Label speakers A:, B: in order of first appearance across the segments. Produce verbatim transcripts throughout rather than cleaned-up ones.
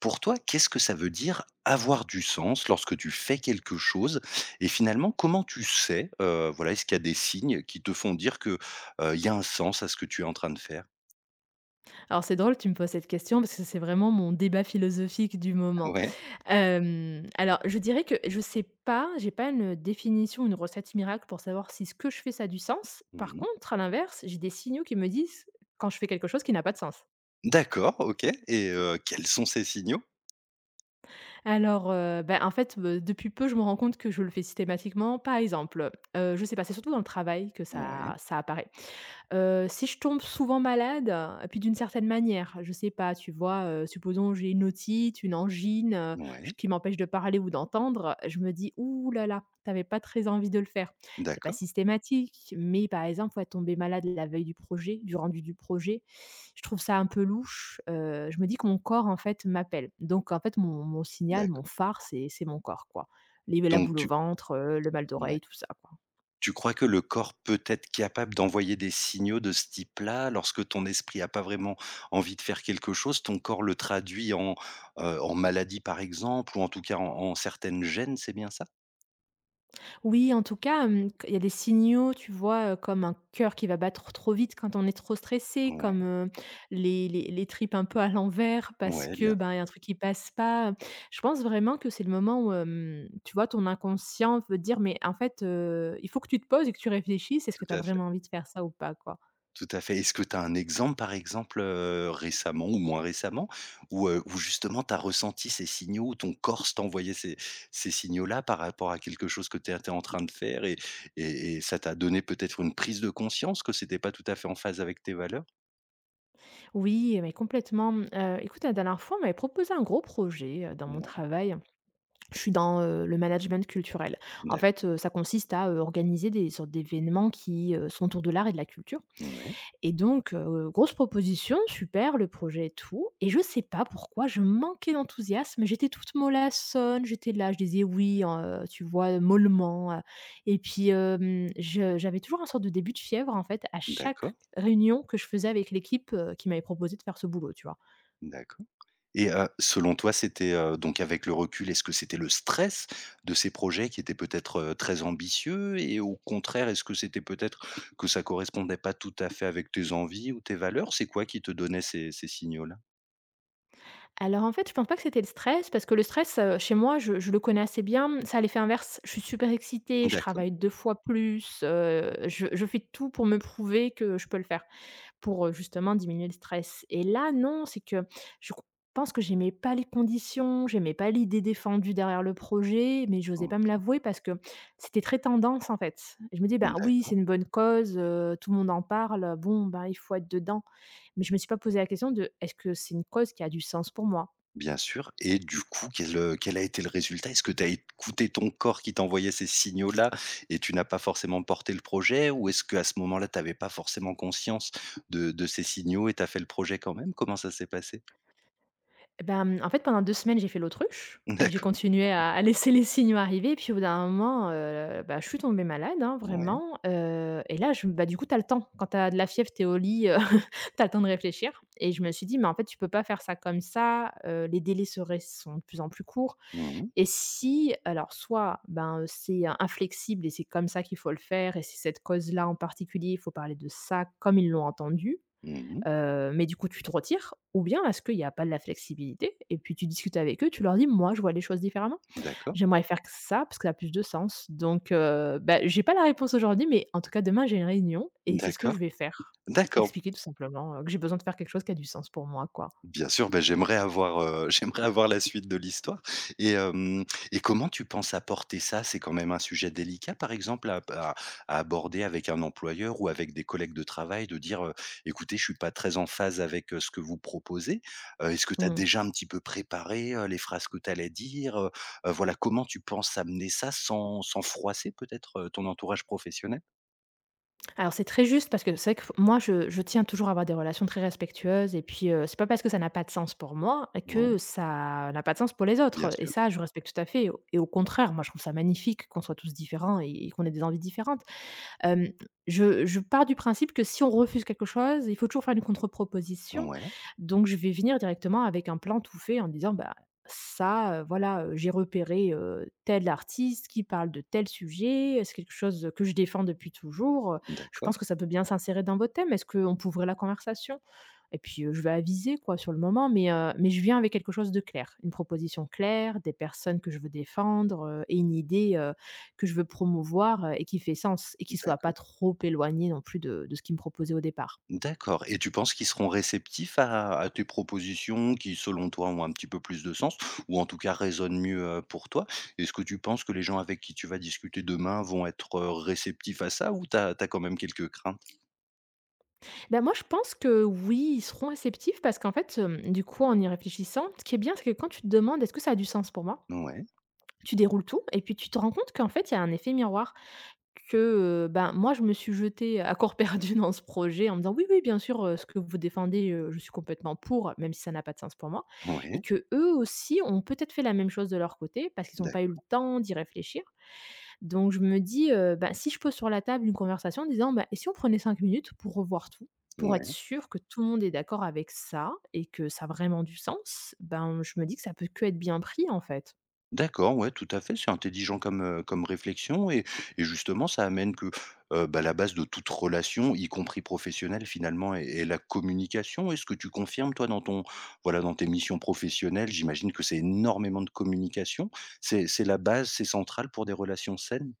A: Pour toi, qu'est-ce que ça veut dire avoir du sens lorsque tu fais quelque chose? Et finalement, comment tu sais, heu, voilà, est-ce qu'il y a des signes qui te font dire que, heu, il y a un sens à ce que tu es en train de faire?
B: Alors c'est drôle, tu me poses cette question parce que c'est vraiment mon débat philosophique du moment.
A: Ouais.
B: Hem, alors je dirais que je sais pas, j'ai pas une définition, une recette miracle pour savoir si ce que je fais ça a du sens. Par
A: Mmh.
B: contre, à l'inverse, j'ai des signaux qui me disent quand je fais quelque chose qui n'a pas de sens.
A: D'accord, OK et heu, quels sont ces signaux?
B: Alors, heu, bah, en fait, heu, depuis peu, je me rends compte que je le fais systématiquement. Par exemple, heu, je sais pas, c'est surtout dans le travail que ça
A: Ouais,
B: ça apparaît. Heu, si je tombe souvent malade, euh, et puis d'une certaine manière, je sais pas, tu vois, heu, supposons j'ai une otite, une angine, heu,
A: ouais.
B: ch qui m'empêche de parler ou d'entendre, je me dis: «Ouh là là, tu pas très envie de le faire». C'est pas
A: D'accord,
B: systématique, mais par exemple, ouais, tomber malade la veille du projet, du rendu du projet, je trouve ça un peu louche, heu, je me dis que mon corps, en fait, m'appelle. Donc en fait, mon mon signal, mon
A: d'accord.
B: phare, c'est c'est mon corps, quoi. Les la
A: Donc
B: boule au
A: tu
B: ventre, heu, le mal
A: ouais.
B: d'oreille, tout ça, quoi.
A: Tu crois que le corps peut être capable d'envoyer des signaux de ce type-là? Lorsque ton esprit a pas vraiment envie de faire quelque chose, ton corps le traduit en, heu, en maladie, par exemple, ou en tout cas en en certaines gènes, c'est bien ça?
B: Oui, en tout cas, hem, il y a des signaux, tu vois, heu, comme un cœur qui va battre trop vite quand on est trop stressé,
A: Ouais,
B: comme, heu, les les les tripes un peu à l'envers parce
A: ouais, bien
B: que, ben, il y
A: sûr,
B: a un truc qui passe pas. Je pense vraiment que c'est le moment où, hem, tu vois, ton inconscient veut dire: «Mais en fait, heu, il faut que tu te poses et que tu réfléchisses, est-ce que
A: tout
B: tu as
A: à fait.
B: vraiment envie de faire ça ou pas, quoi?»
A: Tout à fait. Est-ce que tu as un exemple, par exemple, heu, récemment ou moins récemment, où, heu, où justement tu as ressenti ces signaux, où ton corps t'envoyait ces ces signaux-là par rapport à quelque chose que tu étais en train de faire et et et ça t'a donné peut-être une prise de conscience que c'était pas tout à fait en phase avec tes valeurs?
B: Oui, mais complètement. Heu, écoute, la dernière fois, on m'avait proposé un gros projet, heu, dans mon
A: Ouais,
B: travail. Je suis dans, heu, le management culturel. En
A: d'ac
B: fait, heu, ça consiste à, heu, organiser des sortes d'événements qui, heu, sont autour de l'art et de la culture.
A: ouais,
B: Et donc, heu, grosse proposition, super, le projet et tout et je sais pas pourquoi je manquais d'enthousiasme. J'étais toute mollassonne, j'étais là, je disais oui, heu, tu vois, mollement, heu et puis, hem, je j'avais toujours un sorte de début de fièvre, en fait, à chaque
A: d'accord,
B: réunion que je faisais avec l'équipe, heu, qui m'avait proposé de faire ce boulot, tu vois?
A: d'accord. Et heu, selon toi, c'était, heu, donc avec le recul, est-ce que c'était le stress de ces projets qui étaient peut-être, heu, très ambitieux et au contraire, est-ce que c'était peut-être que ça correspondait pas tout à fait avec tes envies ou tes valeurs? C'est quoi qui te donnait ces ces signaux-là?
B: Alors, en fait, je pense pas que c'était le stress parce que le stress, heu, chez moi, je je le connais assez bien. Ça a l'effet inverse. Je suis super excitée, je
A: D'accord,
B: travaille deux fois plus, heu, je je fais tout pour me prouver que je peux le faire. Pour, heu, justement diminuer le stress et là, non, c'est que je pense que j'aimais pas les conditions, j'aimais pas l'idée défendue derrière le projet, mais j'osais
A: mmh,
B: pas me l'avouer parce que c'était très tendance, en fait. Je me dis: «Ben, oui, c'est
A: d'accord,
B: une bonne cause, heu, tout le monde en parle, bon, ben, il faut être dedans». Mais je me suis pas posé la question de: «Est-ce que c'est une cause qui a du sens pour moi?»
A: bien sûr et du coup, quel, heu, quel a été le résultat? Est-ce que tu as écouté ton corps qui t'envoyait ces signaux-là et tu n'as pas forcément porté le projet? Ou est-ce qu'à ce moment-là, tu n'avais pas forcément conscience de de ces signaux et tu as fait le projet quand même? Comment ça s'est passé?
B: Ben mm, en fait, pendant deux semaines, j'ai fait l'autruche et j'ai
A: D'accord.
B: continué à à laisser les signaux arriver et puis au bout d'un moment, heu, bah, je suis tombée malade, hein,
A: Ouais.
B: vraiment, heu et là, je bah, du coup, tu as le temps. Quand tu as de la fièvre, tu es au lit, heu, tu as le temps de réfléchir et je me suis dit: «Mais en fait, tu peux pas faire ça comme ça, heu, les délais seraient sont de plus en plus courts
A: Mmh mh.
B: et si alors soit, ben, heu, c'est euh, inflexible et c'est comme ça qu'il faut le faire et c'est cette cause-là en particulier, il faut parler de ça comme ils l'ont entendu.
A: Mmh.
B: Heu, mais du coup, tu te retires ou bien est-ce qu'il n'y a pas de la flexibilité et puis tu discutes avec eux, tu leur dis: «Moi, je vois les choses différemment.
A: D'accord,
B: J'aimerais faire que ça parce que ça a plus de sens». Donc heu, bah, j'ai pas la réponse aujourd'hui, mais en tout cas, demain, j'ai une réunion et c'est ce que je
A: d'accord,
B: vais faire.
A: d'accord.
B: Expliquer tout simplement, heu, que j'ai besoin de faire quelque chose qui a du sens pour moi, quoi.
A: Bien sûr, ben j'aimerais avoir, heu, j'aimerais avoir la suite de l'histoire et hem et comment tu penses apporter ça? C'est quand même un sujet délicat, par exemple, à à à aborder avec un employeur ou avec des collègues de travail, de dire, heu: «Écoutez, je suis pas très en phase avec, heu, ce que vous proposez». Heu, est-ce que tu as
B: Mmh.
A: déjà un petit peu préparé, heu, les phrases que tu allais dire, heu? Heu, voilà, comment tu penses amener ça sans sans froisser peut-être, heu, ton entourage professionnel?
B: Alors c'est très juste parce que c'est vrai que f moi je je tiens toujours à avoir des relations très respectueuses et puis, heu, c'est pas parce que ça n'a pas de sens pour moi
A: Mmh.
B: que ça n'a pas de sens pour les
A: Bien
B: autres et
A: sûr.
B: ça je respecte tout à fait et au et au contraire, moi je trouve ça magnifique qu'on soit tous différents et et qu'on ait des envies différentes. Hem, je je pars du principe que si on refuse quelque chose, il faut toujours faire une contre-proposition.
A: Ouais.
B: Donc je vais venir directement avec un plan tout fait en disant: «Bah, ça, heu, voilà, heu, j'ai repéré, heu, tel artiste qui parle de tel sujet, c'est quelque chose que je défends depuis toujours, heu, je
A: D'accord,
B: pense que ça peut bien s'insérer dans votre thème. Est-ce qu'on peut ouvrir la conversation?» Et puis, heu, je vais aviser quoi sur le moment, mais heu, mais je viens avec quelque chose de clair, une proposition claire, des personnes que je veux défendre, heu, et une idée, que je veux promouvoir euh, et qui fait sens et qui soit pas
A: d'accord,
B: trop éloigné non plus de, de ce qu'ils me proposaient au départ.
A: d'accord et tu penses qu'ils seront réceptifs à à tes propositions qui, selon toi, ont un petit peu plus de sens ou en tout cas résonnent mieux, heu, pour toi? Est-ce que tu penses que les gens avec qui tu vas discuter demain vont être, heu, réceptifs à ça ou t'as as quand même quelques craintes?
B: Ben moi, je pense que oui, ils seront réceptifs parce qu'en fait, euh, du coup, en y réfléchissant, ce qui est bien, c'est que quand tu te demandes est-ce que ça a du sens pour moi,
A: Ouais,
B: tu déroules tout et puis tu te rends compte qu'en fait, il y a un effet miroir. Que euh, ben, moi, je me suis jetée à corps perdu dans ce projet en me disant oui, oui, bien sûr, euh, ce que vous défendez, euh, je suis complètement pour, même si ça n'a pas de sens pour moi. Et
A: ouais,
B: que eux aussi ont peut-être fait la même chose de leur côté parce qu'ils n'ont pas eu le
A: d'accord,
B: temps d'y réfléchir. Donc je me dis, heu, bah, si je pose sur la table une conversation en disant: «Bah, et si on prenait cinq minutes pour revoir tout? Pour être
A: ouais.
B: sûr que tout le monde est d'accord avec ça et que ça a vraiment du sens», ben, je me dis que ça peut qu'être bien pris, en fait.
A: D'accord, ouais, tout à fait, c'est intelligent comme, heu, comme réflexion et et justement ça amène que, heu, bah, la base de toute relation, y compris professionnelle finalement est est la communication. Est-ce que tu confirmes toi dans ton voilà, dans tes missions professionnelles, j'imagine que c'est énormément de communication. C'est c'est la base, c'est central pour des relations saines?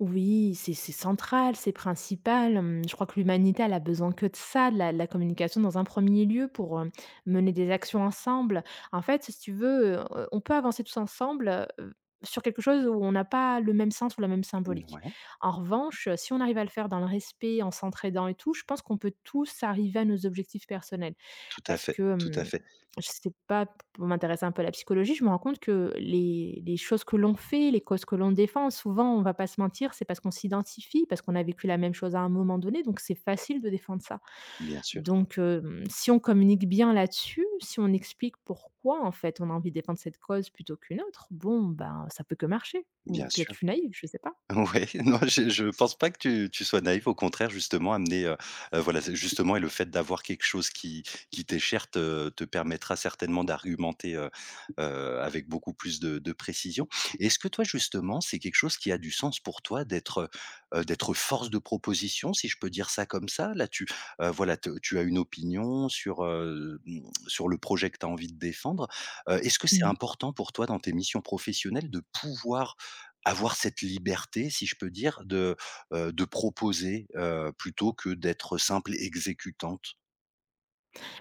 B: Oui, c'est c'est central, c'est principal. Hem, je crois que l'humanité, elle a besoin que de ça, de la de la communication dans un premier lieu pour, heu, mener des actions ensemble. En fait, si tu veux, heu, on peut avancer tous ensemble, heu, sur quelque chose où on n'a pas le même sens ou la même
A: Mmh,
B: symbolique.
A: ouais.
B: En revanche, si on arrive à le faire dans le respect, en s'entraidant et tout, je pense qu'on peut tous arriver à nos objectifs personnels.
A: Tout à
B: Parce
A: fait,
B: que,
A: tout à
B: hem
A: fait.
B: je sais pas, pour m'intéresser un peu à la psychologie, je me rends compte que les les choses que l'on fait, les causes que l'on défend, souvent, on va pas se mentir, c'est parce qu'on s'identifie, parce qu'on a vécu la même chose à un moment donné, donc c'est facile de défendre ça.
A: Bien sûr,
B: Donc hem, si on communique bien là-dessus, si on explique pourquoi, en fait, on a envie de défendre cette cause plutôt qu'une autre, bon, ben, ça peut que marcher ou
A: bien
B: peut-être
A: sûr.
B: je suis naïve, je sais pas.
A: Ouais, non, je je pense pas que tu tu sois naïf. Au contraire, justement, amener, heu heu, voilà, c'est justement et le fait d'avoir quelque chose qui qui t'est cher te te permettra certainement d'argumenter, heu heu, avec beaucoup plus de de précision. Est-ce que toi, justement, c'est quelque chose qui a du sens pour toi d'être, heu d'être force de proposition, si je peux dire ça comme ça? Là, tu, heu, voilà, te tu as une opinion sur, heu, mmh, sur le projet que tu as envie de défendre. Heu, est-ce que c'est
B: Mmh.
A: important pour toi dans tes missions professionnelles de pouvoir avoir cette liberté, si je peux dire, de, heu, de proposer, heu, plutôt que d'être simple exécutante.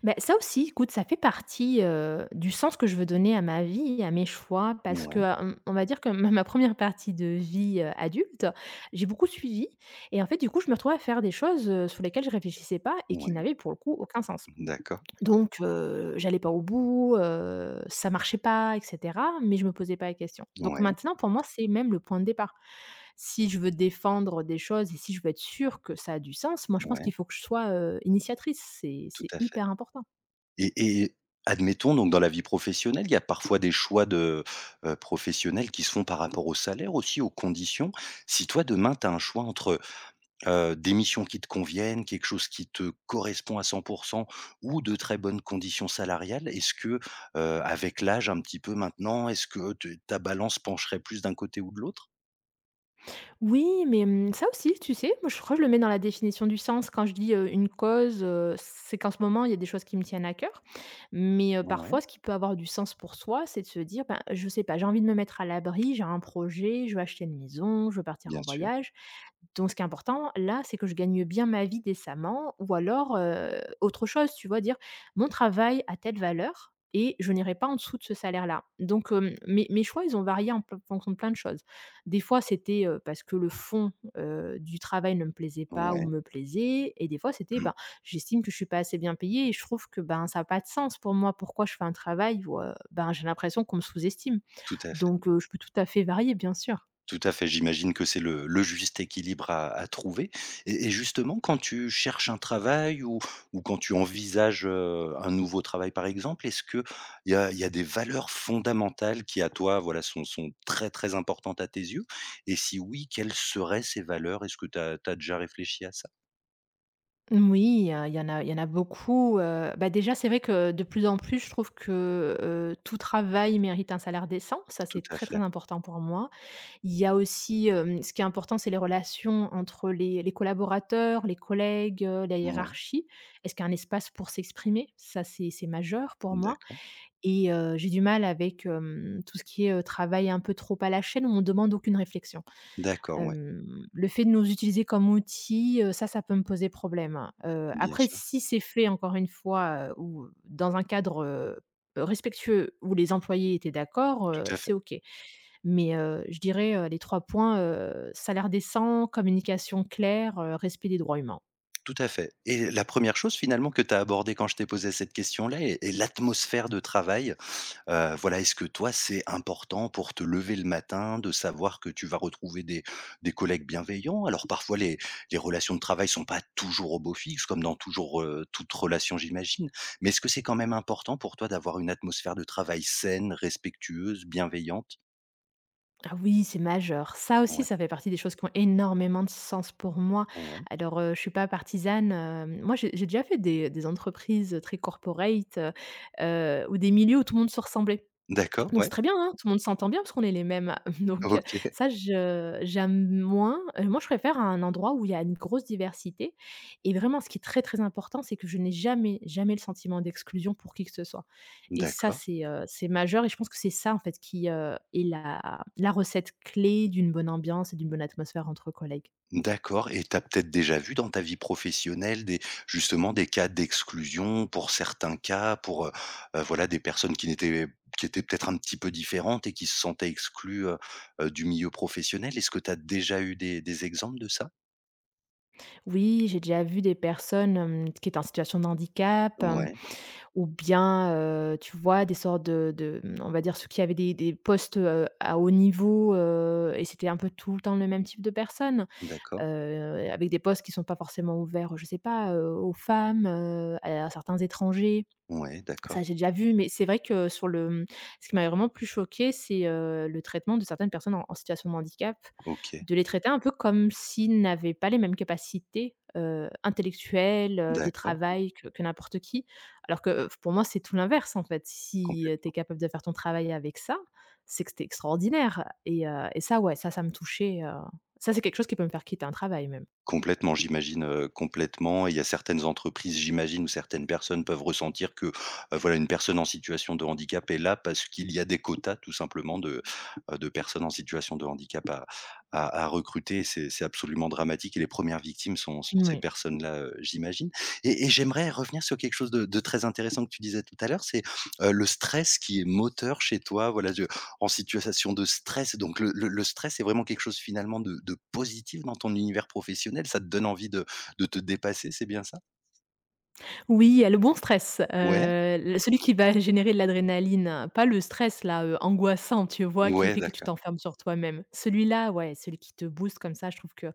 B: Ben ça aussi, écoute, ça fait partie, heu, du sens que je veux donner à ma vie, à mes choix, parce que,
A: Ouais,
B: hem, on va dire que ma ma première partie de vie, heu, adulte, j'ai beaucoup suivi et en fait, du coup, je me retrouvais à faire des choses, heu, sur lesquelles je réfléchissais pas et qui
A: ouais,
B: n'avaient pour le coup aucun sens.
A: d'accord.
B: Donc heu, j'allais pas au bout, heu, ça marchait pas et cetera, mais je me posais pas la question. Donc
A: Ouais,
B: maintenant, pour moi, c'est même le point de départ. Si je veux défendre des choses et si je veux être sûre que ça a du sens, moi, je pense
A: ouais,
B: qu'il faut que je sois, heu, initiatrice, c'est
A: tout
B: c'est
A: à fait
B: hyper important.
A: et et admettons donc dans la vie professionnelle, il y a parfois des choix de, heu, professionnels qui se font par rapport au salaire aussi, aux conditions. Si toi demain, tu as un choix entre heu, des missions qui te conviennent, quelque chose qui te correspond à cent ou de très bonnes conditions salariales? Est-ce que, heu, avec l'âge un petit peu maintenant, est-ce que te ta balance pencherait plus d'un côté ou de l'autre?
B: Oui, mais mmh, ça aussi, tu sais, moi, je crois que je le mets dans la définition du sens. Quand je dis, heu, une cause, heu, c'est qu'en ce moment, il y a des choses qui me tiennent à cœur. Mais heu,
A: Ouais,
B: parfois, ce qui peut avoir du sens pour soi, c'est de se dire: «Ben, je sais pas, j'ai envie de me mettre à l'abri, j'ai un projet, je veux acheter une maison, je veux partir
A: bien
B: en
A: sûr.
B: voyage». Donc ce qui est important là, c'est que je gagne bien ma vie décemment ou alors, heu, autre chose, tu vois? Dire: «Mon travail a telle valeur et je n'irai pas en dessous de ce salaire-là». Donc, hem, mes mes choix, ils ont varié en p fonction de plein de choses. Des fois, c'était, heu, parce que le fond, heu, du travail ne me plaisait pas ou
A: Ouais,
B: me plaisait et des fois, c'était,
A: mmh,
B: ben, j'estime que je suis pas assez bien payée et je trouve que, ben, ça a pas de sens pour moi. Pourquoi je fais un travail où, heu, ben, j'ai l'impression qu'on me sous-estime?
A: tout à fait.
B: Donc, heu, je peux tout à fait varier, bien sûr.
A: Tout à fait, j'imagine que c'est le le juste équilibre à à trouver et et justement quand tu cherches un travail ou ou quand tu envisages, heu, un nouveau travail par exemple, est-ce qu'il y a il y a des valeurs fondamentales qui à toi, voilà, sont sont très, très importantes à tes yeux? Et si oui, quelles seraient ces valeurs? Est-ce que tu as déjà réfléchi à ça?
B: Oui, heu, il y en a il y en a beaucoup, heu, bah, déjà, c'est vrai que de plus en plus, je trouve que, heu, tout travail mérite un salaire décent. Ça,
A: Tout
B: c'est
A: à
B: très, très
A: fait,
B: important pour moi. Il y a aussi, hem, ce qui est important, c'est les relations entre les les collaborateurs, les collègues, heu, la
A: ouais,
B: hiérarchie. Est-ce qu'il y a un espace pour s'exprimer? Ça, c'est c'est majeur pour moi
A: d'accord.
B: et heu, j'ai du mal avec, hem, tout ce qui est, heu, travail un peu trop à la chaîne où on demande aucune réflexion.
A: D'accord, ouais,
B: Hem, le fait de nous utiliser comme outil, heu, ça, ça peut me poser problème, hein. Heu,
A: bien
B: après
A: sûr.
B: si c'est fait encore une fois, heu, ou dans un cadre, heu, respectueux où les employés étaient d'accord,
A: Tout
B: heu,
A: à
B: c'est
A: fait,
B: OK. Mais, heu, je dirais, heu, les trois points, heu, salaire décent, communication claire, heu, respect des droits humains.
A: tout à fait et la première chose finalement que tu as abordée quand je t'ai posé cette question-là est est l'atmosphère de travail. Heu, voilà, est-ce que toi, c'est important pour te lever le matin de savoir que tu vas retrouver des des collègues bienveillants? Alors parfois les les relations de travail sont pas toujours au beau fixe comme dans toujours, heu, toute relation j'imagine, mais est-ce que c'est quand même important pour toi d'avoir une atmosphère de travail saine, respectueuse, bienveillante?
B: Ah oui, c'est majeur. Ça aussi,
A: Ouais,
B: ça fait partie des choses qui ont énormément de sens pour moi.
A: ouais.
B: Alors, heu, je suis pas partisane, heu, moi j'ai j'ai déjà fait des des entreprises très corporate, heu, heu, ou des milieux où tout le monde se ressemblait.
A: D'accord,
B: Donc c'est
A: ouais.
B: très bien, hein, tout le monde s'entend bien parce qu'on est les mêmes, donc heu,
A: OK,
B: ça je j'aime moins. Heu, moi je préfère un endroit où il y a une grosse diversité et vraiment ce qui est très, très important, c'est que je n'ai jamais, jamais le sentiment d'exclusion pour qui que ce soit et ça
A: d'accord.
B: c'est, heu, c'est majeur et je pense que c'est ça en fait qui, heu, est la la recette clé d'une bonne ambiance et d'une bonne atmosphère entre collègues.
A: D'accord et tu as peut-être déjà vu dans ta vie professionnelle des justement des cas d'exclusion pour certains cas, pour, heu heu, voilà des personnes qui n'étaient qui étaient peut-être un petit peu différentes et qui se sentaient exclues, heu heu, du milieu professionnel? Est-ce que tu as déjà eu des des exemples de ça?
B: Oui, j'ai déjà vu des personnes, hem, qui étaient en situation de handicap.
A: Ouais,
B: Ou bien, heu, tu vois, des sortes de de, mmh, on va dire ceux qui avaient des des postes, heu, à haut niveau, heu et c'était un peu tout le temps le même type de personnes,
A: d'accord.
B: heu, avec des postes qui sont pas forcément ouverts, je sais pas, heu, aux femmes, heu, à certains étrangers.
A: Ouais, d'accord.
B: Ça, j'ai déjà vu, mais c'est vrai que sur le, mmh, ce qui m'avait vraiment plus choqué, c'est, heu, le traitement de certaines personnes en en situation de handicap,
A: OK.
B: de les traiter un peu comme s'ils n'avaient pas les mêmes capacités, heu, intellectuelles, heu, de
A: D'accord,
B: travail que que n'importe qui. Alors que, heu, pour moi, c'est tout l'inverse, en fait. Si, heu, tu es
A: complètement.
B: capable de faire ton travail avec ça, c'est que tu extraordinaire et heu et ça, ouais, ça, ça me touchait, heu, ça, c'est quelque chose qui peut me faire quitter un travail même.
A: Complètement, j'imagine, heu, complètement et il y a certaines entreprises, j'imagine, où certaines personnes peuvent ressentir que, heu, voilà, une personne en situation de handicap est là parce qu'il y a des quotas tout simplement de, heu, de personnes en situation de handicap à à à recruter. C'est c'est absolument dramatique et les premières victimes sont sont ces
B: Oui.
A: personnes-là, heu, j'imagine et et j'aimerais revenir sur quelque chose de de très intéressant que tu disais tout à l'heure, c'est, heu, le stress qui est moteur chez toi. Voilà, en situation de stress. Donc le le le stress est vraiment quelque chose finalement de de positif dans ton univers professionnel, ça te donne envie de de te dépasser, c'est bien ça?
B: Oui, il y a le bon stress, heu,
A: Ouais,
B: le celui qui va générer de l'adrénaline, pas le stress là, heu, angoissant, tu vois? Qui
A: ouais
B: fait que tu
A: d'accord
B: t'enfermes sur toi-même. Celui-là, ouais, celui qui te booste comme ça, je trouve que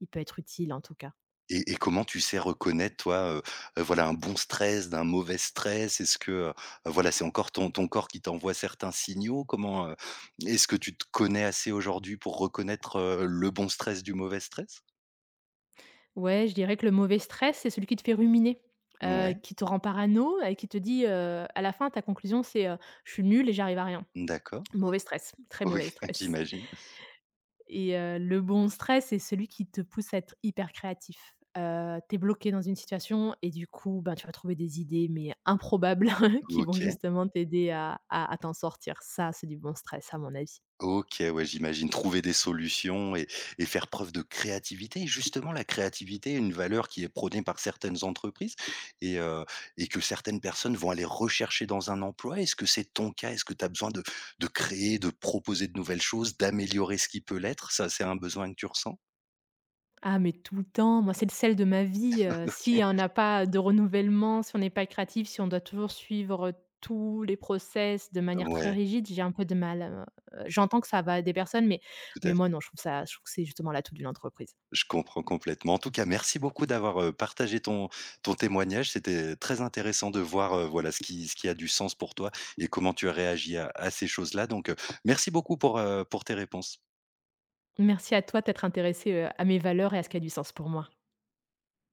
B: il peut être utile en tout cas.
A: et et comment tu sais reconnaître toi, heu heu, voilà un bon stress d'un mauvais stress? Est-ce que, heu, voilà c'est encore ton ton corps qui t'envoie certains signaux? Comment, heu, est-ce que tu te connais assez aujourd'hui pour reconnaître, heu, le bon stress du mauvais stress?
B: Ouais, je dirais que le mauvais stress, c'est celui qui te fait ruminer, heu,
A: Ouais,
B: qui te rend parano et qui te dit, heu, à la fin, ta conclusion, c'est, heu: «Je suis nul et j'arrive à rien».
A: d'accord.
B: Mauvais stress, très
A: Oui,
B: mauvais stress.
A: j'imagine.
B: Et heu, le bon stress, c'est celui qui te pousse à être hyper créatif. Heu, tu bloqué dans une situation et du coup, ben, tu vas trouver des idées, mais improbables qui vont
A: OK.
B: justement t'aider à à à t'en sortir. Ça, c'est du bon stress à mon avis.
A: OK, ouais, j'imagine trouver des solutions et et faire preuve de créativité. Et Justement, la créativité est une valeur qui est prônée par certaines entreprises et heu et que certaines personnes vont aller rechercher dans un emploi. Est-ce que c'est ton cas? Est-ce que tu as besoin de de créer, de proposer de nouvelles choses, d'améliorer ce qui peut l'être? Ça, c'est un besoin que tu ressens?
B: Ah mais tout le temps, moi, c'est le sel de ma vie, heu,
A: OK.
B: si on n'a pas de renouvellement, si on n'est pas créatif, si on doit toujours suivre tous les process de manière très
A: Ouais,
B: rigide, j'ai un peu de mal, heu, j'entends que ça va à des personnes, mais
A: tout à
B: mais moi non, je trouve ça je trouve que c'est justement l'atout d'une entreprise.
A: Je comprends complètement. En tout cas, merci beaucoup d'avoir, heu, partagé ton ton témoignage. C'était très intéressant de voir, heu, voilà, ce qui ce qui a du sens pour toi et comment tu as réagi à à ces choses-là. Donc, heu, merci beaucoup pour, heu, pour tes réponses.
B: Merci à toi d'être intéressé intéressée, à mes valeurs et à ce qui a du sens pour moi.